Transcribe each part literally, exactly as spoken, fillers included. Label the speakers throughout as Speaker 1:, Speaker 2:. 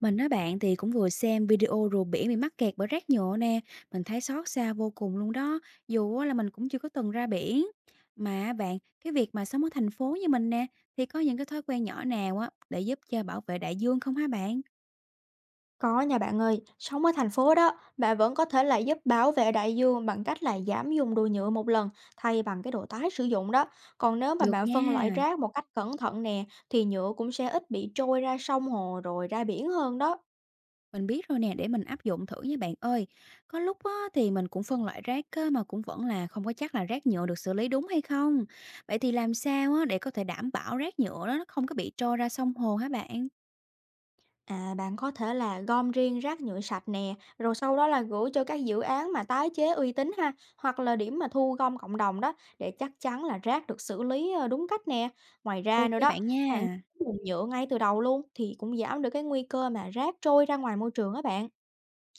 Speaker 1: Mình á bạn thì cũng vừa xem video rùa biển bị mắc kẹt bởi rác nhựa nè, mình thấy xót xa vô cùng luôn đó, dù á là mình cũng chưa có từng ra biển. Mà á bạn, cái việc mà sống ở thành phố như mình nè, thì có những cái thói quen nhỏ nào á để giúp cho bảo vệ đại dương không hả bạn?
Speaker 2: Có nha bạn ơi, sống ở thành phố đó, bạn vẫn có thể là giúp bảo vệ đại dương bằng cách là giảm dùng đồ nhựa một lần thay bằng cái đồ tái sử dụng đó. Còn nếu mà
Speaker 1: Được
Speaker 2: bạn phân loại
Speaker 1: nha.
Speaker 2: rác một cách cẩn thận nè, thì nhựa cũng sẽ ít bị trôi ra sông hồ rồi ra biển hơn đó.
Speaker 1: Mình biết rồi nè, để mình áp dụng thử nha bạn ơi. Có lúc á, thì mình cũng phân loại rác á, mà cũng vẫn là không có chắc là rác nhựa được xử lý đúng hay không. Vậy thì làm sao á, để có thể đảm bảo rác nhựa đó nó không có bị trôi ra sông hồ hả bạn?
Speaker 2: À, bạn có thể là gom riêng rác nhựa sạch nè, rồi sau đó là gửi cho các dự án mà tái chế uy tín ha, hoặc là điểm mà thu gom cộng đồng đó để chắc chắn là rác được xử lý ờ, đúng cách nè. Ngoài ra
Speaker 1: Ok
Speaker 2: nữa đó,
Speaker 1: bạn
Speaker 2: hạn
Speaker 1: nha.
Speaker 2: chế nguồn nhựa ngay từ đầu luôn thì cũng giảm được cái nguy cơ mà rác trôi ra ngoài môi trường á bạn.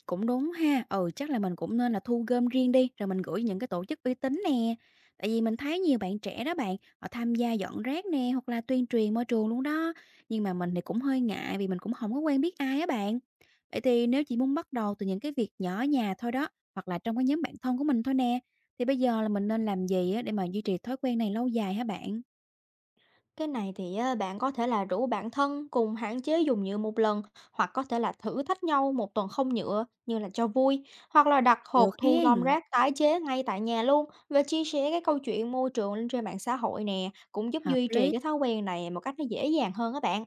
Speaker 1: Cũng đúng ha, ừ, chắc là mình cũng nên là thu gom riêng đi, rồi mình gửi những cái tổ chức uy tín nè. Tại vì mình thấy nhiều bạn trẻ đó bạn, họ tham gia dọn rác nè, hoặc là tuyên truyền môi trường luôn đó. Nhưng mà mình thì cũng hơi ngại vì mình cũng không có quen biết ai á bạn. Vậy thì nếu chỉ muốn bắt đầu từ những cái việc nhỏ nhà thôi đó, hoặc là trong cái nhóm bạn thân của mình thôi nè, thì bây giờ là mình nên làm gì á để mà duy trì thói quen này lâu dài hả bạn?
Speaker 2: Cái này thì á, bạn có thể là rủ bạn thân cùng hạn chế dùng nhựa một lần, hoặc có thể là thử thách nhau một tuần không nhựa như là cho vui, hoặc là đặt hộp
Speaker 1: Được
Speaker 2: thu gom
Speaker 1: hen,
Speaker 2: rác tái chế ngay tại nhà luôn, và chia sẻ cái câu chuyện môi trường lên trên mạng xã hội nè cũng giúp
Speaker 1: hợp
Speaker 2: duy trì
Speaker 1: lý.
Speaker 2: cái thói quen này một cách nó dễ dàng hơn các bạn.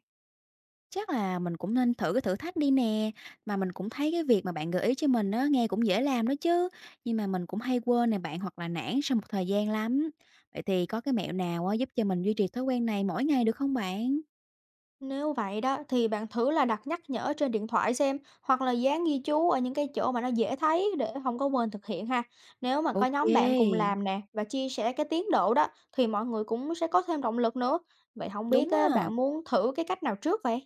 Speaker 1: Chắc là mình cũng nên thử cái thử thách đi nè, mà mình cũng thấy cái việc mà bạn gợi ý cho mình á, nghe cũng dễ làm đó chứ, nhưng mà mình cũng hay quên nè bạn hoặc là nản sau một thời gian lắm. Vậy thì có cái mẹo nào á, giúp cho mình duy trì thói quen này mỗi ngày được không bạn?
Speaker 2: Nếu vậy đó thì bạn thử là đặt nhắc nhở trên điện thoại xem, hoặc là dán ghi chú ở những cái chỗ mà nó dễ thấy để không có quên thực hiện ha. Nếu mà có
Speaker 1: Ok,
Speaker 2: nhóm bạn cùng làm nè và chia sẻ cái tiến độ đó, thì mọi người cũng sẽ có thêm động lực nữa. Vậy không biết
Speaker 1: đúng
Speaker 2: á,
Speaker 1: á.
Speaker 2: bạn muốn thử cái cách nào trước vậy?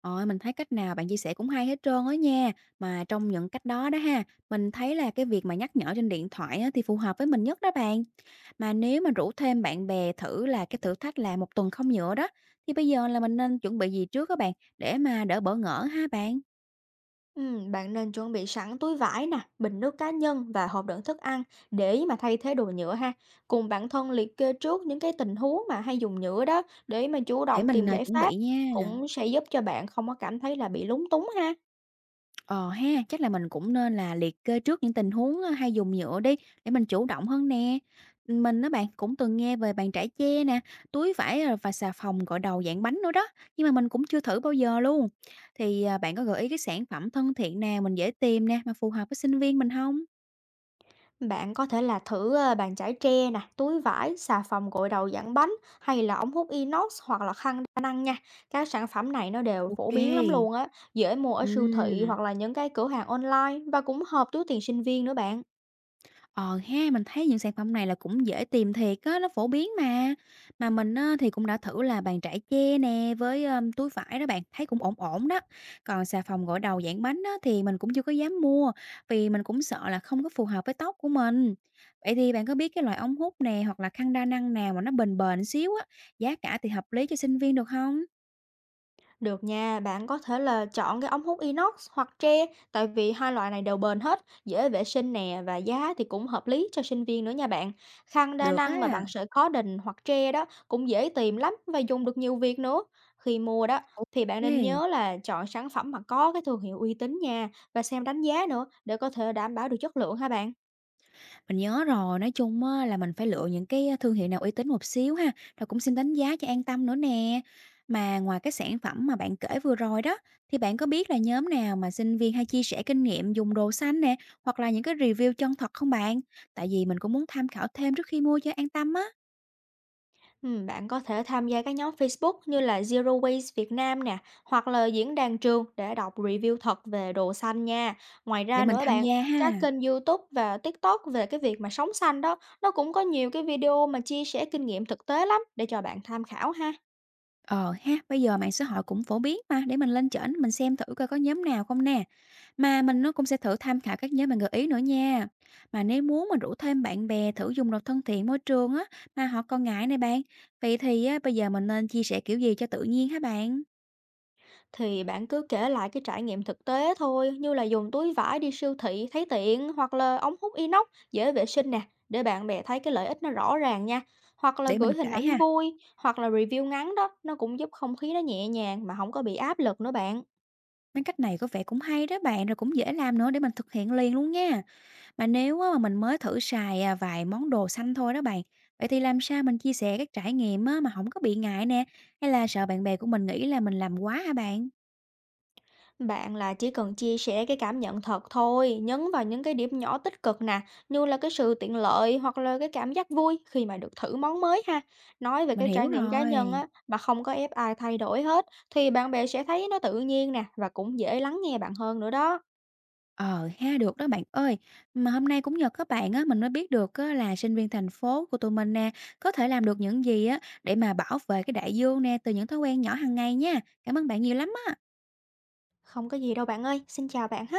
Speaker 1: Ôi, mình thấy cách nào bạn chia sẻ cũng hay hết trơn á nha. Mà trong những cách đó đó ha, mình thấy là cái việc mà nhắc nhở trên điện thoại á, thì phù hợp với mình nhất đó bạn. Mà nếu mà rủ thêm bạn bè thử là cái thử thách là một tuần không nhựa đó, thì bây giờ là mình nên chuẩn bị gì trước các bạn, để mà đỡ bỡ ngỡ ha bạn?
Speaker 2: Ừm, bạn nên chuẩn bị sẵn túi vải nè, bình nước cá nhân và hộp đựng thức ăn để mà thay thế đồ nhựa ha. Cùng bản thân liệt kê trước những cái tình huống mà hay dùng nhựa đó để mà chủ
Speaker 1: Để
Speaker 2: động
Speaker 1: mình,
Speaker 2: tìm
Speaker 1: à,
Speaker 2: giải
Speaker 1: chuẩn
Speaker 2: pháp,
Speaker 1: bị nha.
Speaker 2: cũng sẽ giúp cho bạn không có cảm thấy là bị lúng túng ha.
Speaker 1: Ờ ha, chắc là mình cũng nên là liệt kê trước những tình huống, a, hay dùng nhựa đi, để mình chủ động hơn nè. Mình á bạn, cũng từng nghe về bàn chải che nè, túi vải, rồi và xà phòng gội đầu dạng bánh nữa đó, nhưng mà mình cũng chưa thử bao giờ luôn. Thì, à, bạn có gợi ý cái sản phẩm thân thiện nào mình dễ tìm nè, mà phù hợp với sinh viên mình không?
Speaker 2: Bạn có thể là thử ờ, bàn chải tre nè, túi vải, xà phòng gội đầu dạng bánh, hay là ống hút inox, hoặc là khăn đa năng nha. Các sản phẩm này nó đều
Speaker 1: Ok.
Speaker 2: phổ biến lắm
Speaker 1: Kê.
Speaker 2: luôn á, dễ mua ở siêu thị hoặc là những cái cửa hàng online, và cũng hợp túi tiền sinh viên nữa bạn.
Speaker 1: Ờ ha, mình thấy những sản phẩm này là cũng dễ tìm thiệt á, nó phổ biến mà. Mà mình á, thì cũng đã thử là bàn chải che nè với ờm, túi vải đó bạn, thấy cũng ổn ổn đó. Còn xà phòng gội đầu dạng bánh á, thì mình cũng chưa có dám mua vì mình cũng sợ là không có phù hợp với tóc của mình. Vậy thì bạn có biết cái loại ống hút nè hoặc là khăn đa năng nào mà nó bền bền xíu á, giá cả thì hợp lý cho sinh viên được không?
Speaker 2: Được nha, bạn có thể là chọn cái ống hút inox hoặc tre, tại vì hai loại này đều bền hết, dễ vệ sinh nè và giá thì cũng hợp lý cho sinh viên nữa nha bạn. Khăn đa
Speaker 1: Được á.
Speaker 2: năng mà bằng sợi khó đình hoặc tre đó cũng dễ tìm lắm, và dùng được nhiều việc nữa. Khi mua đó thì bạn nên
Speaker 1: Ok.
Speaker 2: nhớ là chọn sản phẩm mà có cái thương hiệu uy tín nha, và xem đánh giá nữa để có thể đảm bảo được chất lượng ha bạn.
Speaker 1: Mình nhớ rồi, nói chung á là mình phải lựa những cái thương hiệu nào uy tín một xíu ha, rồi cũng xin đánh giá cho an tâm nữa nè. Mà ngoài cái sản phẩm mà bạn kể vừa rồi đó, thì bạn có biết là nhóm nào mà sinh viên hay chia sẻ kinh nghiệm dùng đồ xanh nè, hoặc là những cái review chân thật không bạn? Tại vì mình cũng muốn tham khảo thêm trước khi mua cho an tâm á,
Speaker 2: Ừm, bạn có thể tham gia các nhóm Facebook như là Zero Waste Việt Nam nè, hoặc là diễn đàn trường để đọc review thật về đồ xanh nha. Ngoài
Speaker 1: để
Speaker 2: ra
Speaker 1: mình
Speaker 2: nữa
Speaker 1: tham
Speaker 2: bạn,
Speaker 1: gia
Speaker 2: các
Speaker 1: ha.
Speaker 2: kênh YouTube và TikTok về cái việc mà sống xanh đó, nó cũng có nhiều cái video mà chia sẻ kinh nghiệm thực tế lắm để cho bạn tham khảo ha.
Speaker 1: Ờ ha, bây giờ mạng xã hội cũng phổ biến mà, để mình lên trển mình xem thử coi có nhóm nào không nè. Mà mình nó cũng sẽ thử tham khảo các nhóm bạn gợi ý nữa nha. Mà nếu muốn mình rủ thêm bạn bè thử dùng đồ thân thiện môi trường á, mà họ còn ngại này bạn. Vậy thì á, bây giờ mình nên chia sẻ kiểu gì cho tự nhiên hả bạn?
Speaker 2: Thì bạn cứ kể lại cái trải nghiệm thực tế thôi, như là dùng túi vải đi siêu thị thấy tiện, hoặc là ống hút inox dễ vệ sinh nè, để bạn bè thấy cái lợi ích nó rõ ràng nha. Hoặc là
Speaker 1: Để
Speaker 2: gửi
Speaker 1: mình
Speaker 2: hình
Speaker 1: kể
Speaker 2: ảnh
Speaker 1: ha,
Speaker 2: vui, hoặc là review ngắn đó, nó cũng giúp không khí nó nhẹ nhàng mà không có bị áp lực nữa bạn.
Speaker 1: mấy cách này có vẻ cũng hay đó bạn, rồi cũng dễ làm nữa để mình thực hiện liền luôn nha. Mà nếu á mà mình mới thử xài, à, vài món đồ xanh thôi đó bạn, vậy thì làm sao mình chia sẻ các trải nghiệm á mà không có bị ngại nè, hay là sợ bạn bè của mình nghĩ là mình làm quá hả bạn?
Speaker 2: Bạn là chỉ cần chia sẻ cái cảm nhận thật thôi, nhấn vào những cái điểm nhỏ tích cực nè, như là cái sự tiện lợi hoặc là cái cảm giác vui khi mà được thử món mới ha. Nói về
Speaker 1: Mình
Speaker 2: cái trải
Speaker 1: hiểu
Speaker 2: nghiệm cá nhân
Speaker 1: rồi.
Speaker 2: á, mà không có ép ai thay đổi hết, thì bạn bè sẽ thấy nó tự nhiên nè, và cũng dễ lắng nghe bạn hơn nữa đó.
Speaker 1: Ờ ha, được đó bạn ơi. Mà hôm nay cũng nhờ các bạn á, mình mới biết được á là sinh viên thành phố của tụi mình nè, có thể làm được những gì á để mà bảo vệ cái đại dương nè từ những thói quen nhỏ hàng ngày nha. Cảm ơn bạn nhiều lắm á.
Speaker 2: Không có gì đâu bạn ơi, xin chào bạn ha.